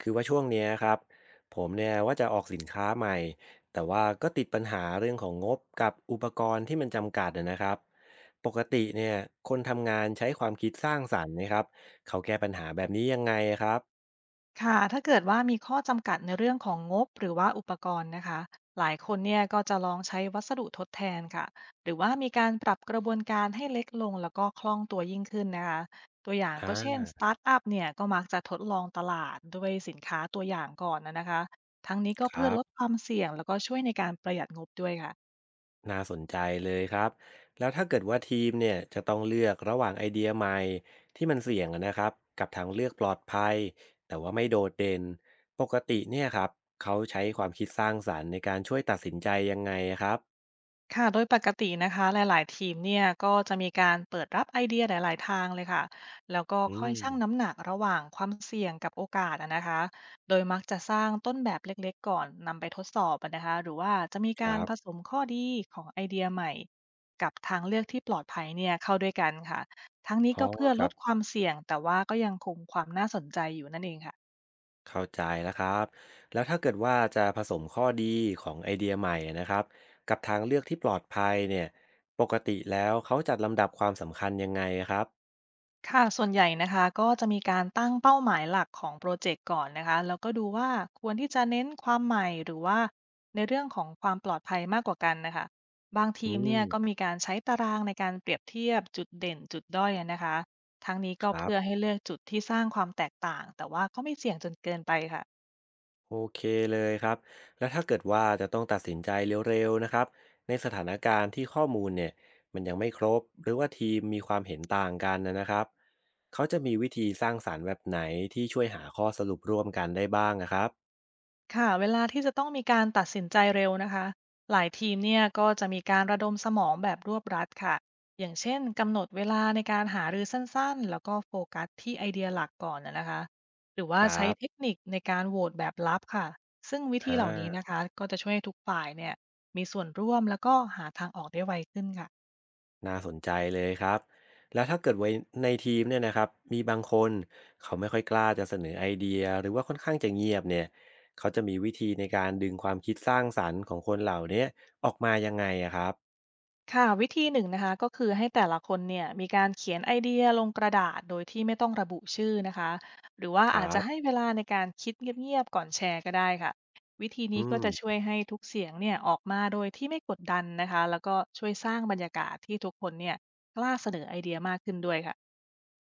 คือว่าช่วงเนี้ยครับผมเนี่ยว่าจะออกสินค้าใหม่แต่ว่าก็ติดปัญหาเรื่องของงบกับอุปกรณ์ที่มันจำกัดนะครับปกติเนี่ยคนทำงานใช้ความคิดสร้างสรรค์นะครับเขาแก้ปัญหาแบบนี้ยังไงครับค่ะถ้าเกิดว่ามีข้อจำกัดในเรื่องของงบหรือว่าอุปกรณ์นะคะ หลายคนเนี่ยก็จะลองใช้วัสดุทดแทนค่ะ หรือว่ามีการปรับกระบวนการให้เล็กลงแล้วก็คล่องตัวยิ่งขึ้นนะคะ ตัวอย่างอ่ก็เช่นสาตาร์ทอัพเนี่ยก็มักจะทดลองตลาดด้วยสินค้าตัวอย่างก่อนนะนะคะ ทั้งนี้ก็คเพื่อรับ ลดความเสี่ยงแล้วก็ช่วยในการประหยัดงบด้วยค่ะ น่าสนใจเลยครับแล้วถ้าเกิดว่าทีมเนี่ยจะต้องเลือกระหว่างไอเดียใหม่ที่มันเสี่ยงอะนะครับกับทางเลือกปลอดภัยแต่ว่าไม่โดดเด่นปกติเนี่ยครับเขาใช้ความคิดสร้างสรรค์ในการช่วยตัดสินใจยังไงอะครับค่ะโดยปกตินะคะหลายๆทีมเนี่ยก็จะมีการเปิดรับไอเดียหลายๆทางเลยค่ะแล้วก็อืค่อยมชั่งน้ำหนักระหว่างความเสี่ยงกับโอกาสอะนะคะโดยมักจะสร้างต้นแบบเล็กๆก่อนนำไปทดสอบอะนะคะหรือว่าจะมีคการรับผสมข้อดีของไอเดียใหม่กับทางเลือกที่ปลอดภัยเนี่ยเข้าด้วยกันค่ะทั้งนี้อ๋อก็เพื่อคลรัดบความเสี่ยงแต่ว่าก็ยังคงความน่าสนใจอยู่นั่นเองค่ะ เข้าใจแล้วครับแล้วถ้าเกิดว่าจะผสมข้อดีของไอเดียใหม่อะนะครับกับทางเลือกที่ปลอดภัยเนี่ยปกติแล้วเขาจัดลำดับความสำคัญยังไงอะครับค่ะส่วนใหญ่นะคะก็จะมีการตั้งเป้าหมายหลักของโปรเจกต์ก่อนนะคะแล้วก็ดูว่าควรที่จะเน้นความใหม่หรือว่าในเรื่องของความปลอดภัยมากกว่ากันนะคะบางอืทีมเนี่ยก็มมีการใช้ตารางในการเปรียบเทียบจุดเด่นจุดด้อยนะคะทั้งนี้คก็รับ เพื่อให้เลือกจุดที่สร้างความแตกต่างแต่ว่าก็ไม่เสี่ยงจนเกินไปค่ะ โอเคเลยครับแล้วถ้าเกิดว่าจะต้องตัดสินใจเร็วๆนะครับในสถานการณ์ที่ข้อมูลเนี่ยมันยังไม่ครบหรือว่าทีมมีความเห็นต่างกันนะครับเขาจะมีวิธีสร้างสรรค์แบบไหนที่ช่วยหาข้อสรุปร่วมกันได้บ้างนะครับค่ะเวลาที่จะต้องมีการตัดสินใจเร็วนะคะหลายทีมเนี่ยก็จะมีการระดมสมองแบบรวบรัดค่ะอย่างเช่นกำหนดเวลาในการหารือสั้นๆแล้วก็โฟกัสที่ไอเดียหลักก่อนนะนะคะหรือคว่ารัใช้เทคบนิคในการโหวตแบบลับค่ะซึ่งวิธีอ่าเหล่านี้นะคะก็จะช่วยให้ทุกฝ่ายเนี่ยมีส่วนร่วมแล้วก็หาทางออกได้ไวขึ้นค่ะ น่าสนใจเลยครับแล้วถ้าเกิดไว้ในทีมเนี่ยนะครับมีบางคนเขาไม่ค่อยกล้าจะเสนอไอเดียหรือว่าค่อนข้างจะเงียบเนี่ยเขาจะมีวิธีในการดึงความคิดสร้างสรรค์ของคนเหล่านี้ออกมายังไงอะครับ ค่ะวิธีหนึ่งนะคะก็คือให้แต่ละคนเนี่ยมีการเขียนไอเดียลงกระดาษโดยที่ไม่ต้องระบุชื่อนะคะหรือว่าครัอาจจะให้บ เวลาในการคิดเงียบๆก่อนแชร์ก็ได้ค่ะวิธีนี้อืก็ม จะช่วยให้ทุกเสียงเนี่ยออกมาโดยที่ไม่กดดันนะคะแล้วก็ช่วยสร้างบรรยากาศที่ทุกคนเนี่ยกล้าเสนอไอเดียมากขึ้นด้วยค่ะ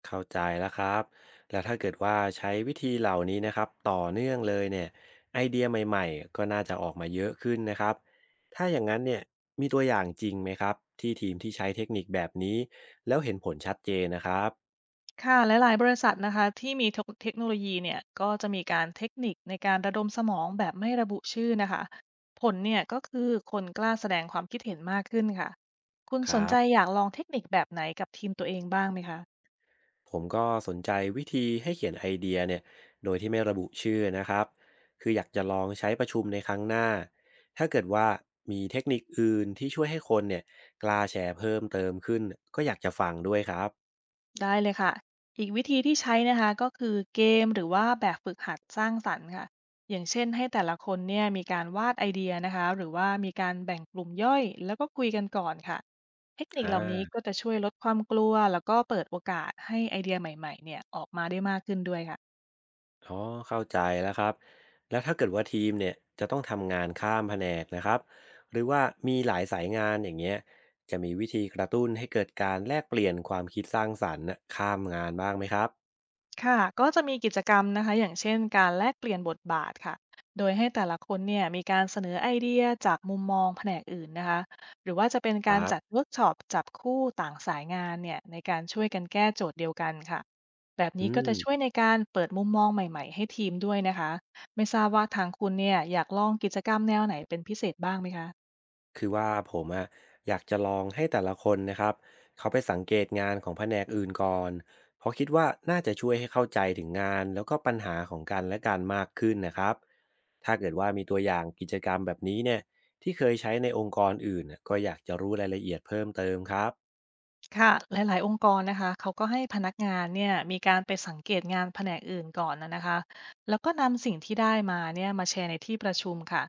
เข้าใจแล้วครับ แล้วถ้าเกิดว่าใช้วิธีเหล่านี้นะครับ ต่อเนื่องเลยเนี่ยไอเดียใหม่ๆ ก็น่าจะออกมาเยอะขึ้นนะครับ ถ้าอย่างนั้นเนี่ยมีตัวอย่างจริงไหมครับที่ทีมที่ใช้เทคนิคแบบนี้แล้วเห็นผลชัดเจนนะครับค่ะหลายๆบริษัทนะคะที่มีเทคโนโลยีเนี่ยก็จะมีการเทคนิคในการระดมสมองแบบไม่ระบุชื่อนะคะผลเนี่ยก็คือคนกล้าแสดงความคิดเห็นมากขึ้นค่ะคุณคสนรัใจบ อยากลองเทคนิคแบบไหนกับทีมตัวเองบ้างไหมคะ ผมก็สนใจวิธีให้เขียนไอเดียเนี่ยโดยที่ไม่ระบุชื่อนะครับคืออยากจะลองใช้ประชุมในครั้งหน้าถ้าเกิดว่ามีเทคนิคอื่นที่ช่วยให้คนเนี่ยกล้าแชร์เพิ่มเติมขึ้นก็อยากจะฟังด้วยครับได้เลยค่ะ อีกวิธีที่ใช้นะคะก็คือเกมหรือว่าแบบฝึกหัดสร้างสรรค์ค่ะอย่างเช่นให้แต่ละคนเนี่ยมีการวาดไอเดียนะคะหรือว่ามีการแบ่งกลุ่มย่อยแล้วก็คุยกันก่อนค่ะเทคนิอ่คเหล่านี้าก็จะช่วยลดความกลัวแล้วก็เปิดโอกาสให้ไอเดียใหม่ๆเนี่ยออกมาได้มากขึ้นด้วยค่ะ อ๋อเข้าใจแล้วครับแล้วถ้าเกิดว่าทีมเนี่ยจะต้องทำงานข้ามแผนกนะครับหรือว่ามีหลายสายงานอย่างเงี้ยจะมีวิธีกระตุ้นให้เกิดการแลกเปลี่ยนความคิดสร้างสรรค์น่ะข้ามงานบ้างไหมครับค่ะก็จะมีกิจกรรมนะคะ อย่างเช่นการแลกเปลี่ยนบทบาทค่ะโดยให้แต่ละคนเนี่ยมีการเสนอไอเดียจากมุมมองแผนกอื่นนะคะหรือว่าจะเป็นคการรัจัดบเวิร์กช็อปจับคู่ต่างสายงานเนี่ยในการช่วยกันแก้โจทย์เดียวกันค่ะแบบอืนี้ก็จะช่วยม ในการเปิดมุมมองใหม่ๆให้ทีมด้วยนะคะไม่ทราบว่าทางคุณเนี่ยอยากลองกิจกรรมแนวไหนเป็นพิเศษบ้างไหมคะ คือว่าผมอะอยากจะลองให้แต่ละคนนะครับเขาไปสังเกตงานของแผนกอื่นก่อนเพราะคิดว่าน่าจะช่วยให้เข้าใจถึงงานแล้วก็ปัญหาของกันและกันมากขึ้นนะครับถ้าเกิดว่ามีตัวอย่างกิจกรรมแบบนี้เนี่ยที่เคยใช้ในองค์กรอื่นน่ะก็อยากจะรู้รายละเอียดเพิ่มเติมครับค่ะหลายๆองค์กรนะคะเขาก็ให้พนักงานเนี่ยมีการไปสังเกตงานแผนกอื่นก่อนนะนะคะแล้วก็นำสิ่งที่ได้มาเนี่ยมาแชร์ในที่ประชุมค่ะ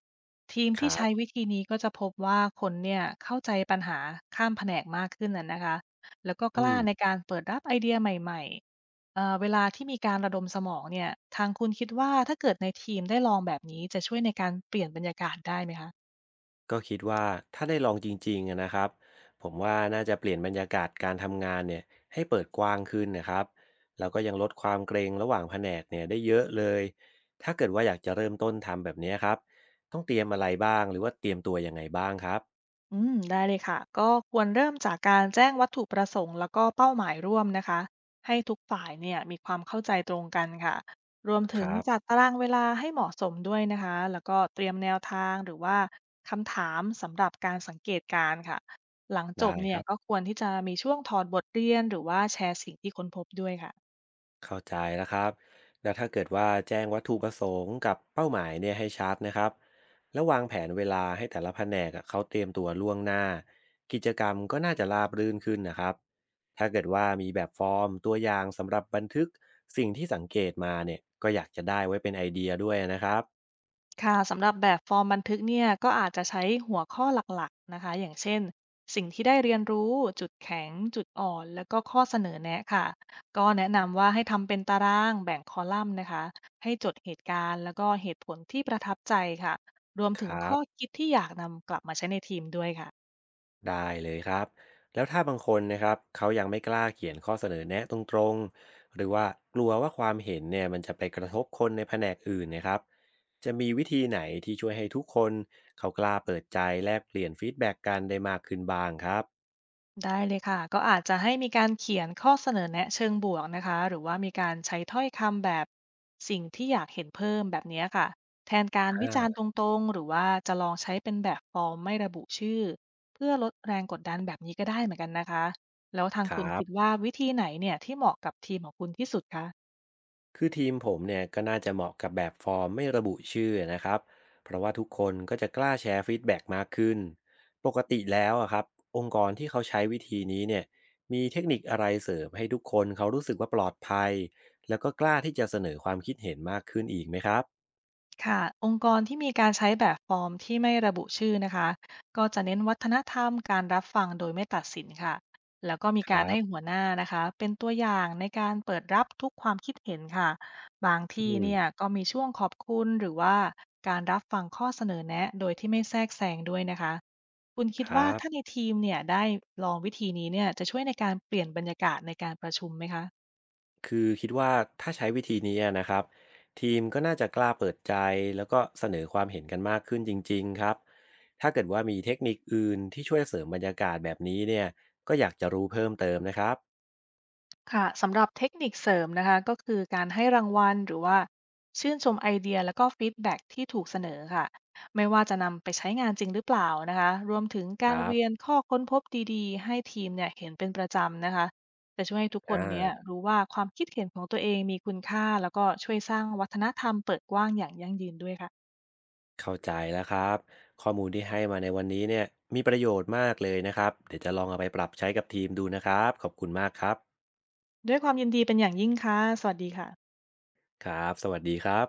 ทีมคที่รัใช้บวิธีนี้ก็จะพบว่าคนเนี่ยเข้าใจปัญหาข้ามแผนกมากขึ้นนะนะคะแล้วก็กอืล้าม ในการเปิดรับไอเดียใหม่ๆเวลาที่มีการระดมสมองเนี่ยทางคุณคิดว่าถ้าเกิดในทีมได้ลองแบบนี้จะช่วยในการเปลี่ยนบรรยากาศได้ไหมคะ ก็คิดว่าถ้าได้ลองจริงๆอะนะครับผมว่าน่าจะเปลี่ยนบรรยากาศการทำงานเนี่ยให้เปิดกว้างขึ้นนะครับแล้วก็ยังลดความเกรงระหว่างแผนกเนี่ยได้เยอะเลยถ้าเกิดว่าอยากจะเริ่มต้นทำแบบเนี้ยครับต้องเตรียมอะไรบ้างหรือว่าเตรียมตัวยังไงบ้างครับอืมได้เลยค่ะก็ควรเริ่มจากการแจ้งวัตถุประสงค์แล้วก็เป้าหมายร่วมนะคะ ให้ทุกฝ่ายเนี่ยมีความเข้าใจตรงกันค่ะรวมคถึงรัจัดบตารางเวลาให้เหมาะสมด้วยนะคะแล้วก็เตรียมแนวทางหรือว่าคำถามสำหรับการสังเกตการณ์ค่ะ หลังจได้บคเนี่ยรัก็บ ควรที่จะมีช่วงถอดบทเรียนหรือว่าแชร์สิ่งที่ค้นพบด้วยค่ะ เข้าใจแล้วครับแล้วถ้าเกิดว่าแจ้งวัตถุประสงค์กับเป้าหมายเนี่ยให้ชัดนะครับแล้ววางแผนเวลาให้แต่ละแผนกอะเขาเตรียมตัวล่วงหน้ากิจกรรมก็น่าจะราบรื่นขึ้นนะครับ ถ้าเกิดว่ามีแบบฟอร์มตัวอย่างสำหรับบันทึกสิ่งที่สังเกตมาเนี่ยก็อยากจะได้ไว้เป็นไอเดียด้วยนะครับค่ะสำหรับแบบฟอร์มบันทึกเนี่ยก็อาจจะใช้หัวข้อหลักๆนะคะอย่างเช่นสิ่งที่ได้เรียนรู้จุดแข็งจุดอ่อนแล้วก็ข้อเสนอแนะค่ะก็แนะนำว่าให้ทำเป็นตารางแบ่งคอลัมน์นะคะให้จดเหตุการณ์แล้วก็เหตุผลที่ประทับใจค่ะรวมคถึงรัข้บ อคิดที่อยากนำกลับมาใช้ในทีมด้วยค่ะ ได้เลยครับแล้วถ้าบางคนนะครับเขายังไม่กล้าเขียนข้อเสนอแนะตรงๆหรือว่ากลัวว่าความเห็นเนี่ยมันจะไปกระทบคนในแผนกอื่นนะครับจะมีวิธีไหนที่ช่วยให้ทุกคนเขากล้าเปิดใจแลกเปลี่ยนฟีดแบ็กกันได้มากขึ้นบ้างครับได้เลยค่ะก็อาจจะให้มีการเขียนข้อเสนอแนะเชิงบวกนะคะหรือว่ามีการใช้ถ้อยคำแบบสิ่งที่อยากเห็นเพิ่มแบบเนี้ยค่ะแทนการวิจารณ์อ่าตรงๆหรือว่าจะลองใช้เป็นแบบฟอร์มไม่ระบุชื่อเพื่อลดแรงกดดันแบบนี้ก็ได้เหมือนกันนะคะแล้วทางครัคุณคิดบ ว่าวิธีไหนเนี่ยที่เหมาะกับทีมของคุณที่สุดคะ คือทีมผมเนี่ยก็น่าจะเหมาะกับแบบฟอร์มไม่ระบุชื่อนะครับเพราะว่าทุกคนก็จะกล้าแชร์ฟีดแบ็กมากขึ้นปกติแล้วอะครับองค์กรที่เขาใช้วิธีนี้เนี่ยมีเทคนิคอะไรเสริมให้ทุกคนเขารู้สึกว่าปลอดภัยแล้วก็กล้าที่จะเสนอความคิดเห็นมากขึ้นอีกไหมครับค่ะองค์กรที่มีการใช้แบบฟอร์มที่ไม่ระบุชื่อนะคะก็จะเน้นวัฒนธรรมการรับฟังโดยไม่ตัดสินค่ะแล้วก็มีคการัรบให้หัวหน้านะคะเป็นตัวอย่างในการเปิดรับทุกความคิดเห็นค่ะบางที่อืมเนี่ยก็มีช่วงขอบคุณหรือว่าการรับฟังข้อเสนอแนะโดยที่ไม่แทรกแซงด้วยนะคะคุณคิคดว่ารับ ถ้าในทีมเนี่ยได้ลองวิธีนี้เนี่ยจะช่วยในการเปลี่ยนบรรยากาศในการประชุมไหมคะ คือคิดว่าถ้าใช้วิธีนี้อะนะครับทีมก็น่าจะกล้าเปิดใจแล้วก็เสนอความเห็นกันมากขึ้นจริงๆครับถ้าเกิดว่ามีเทคนิคอื่นที่ช่วยเสริมบรรยากาศแบบนี้เนี่ยก็อยากจะรู้เพิ่มเติมนะครับค่ะสำหรับเทคนิคเสริมนะคะก็คือการให้รางวัลหรือว่าชื่นชมไอเดียแล้วก็ฟีดแบ็กที่ถูกเสนอค่ะไม่ว่าจะนำไปใช้งานจริงหรือเปล่านะคะรวมถึงคการรับเวียนข้อค้นพบดีๆให้ทีมเนี่ยเห็นเป็นประจำนะคะจะช่วยให้ทุกคอ่นเนี่ยารู้ว่าความคิดเห็นของตัวเองมีคุณค่าแล้วก็ช่วยสร้างวัฒนธรรมเปิดกว้างอย่างยั่งยืนด้วยค่ะเข้าใจแล้วครับข้อมูลที่ให้มาในวันนี้เนี่ยมีประโยชน์มากเลยนะครับเดี๋ยวจะลองเอาไปปรับใช้กับทีมดูนะครับขอบคุณมากครับด้วยความยินดีเป็นอย่างยิ่งค่ะสวัสดีค่ะครับสวัสดีครับ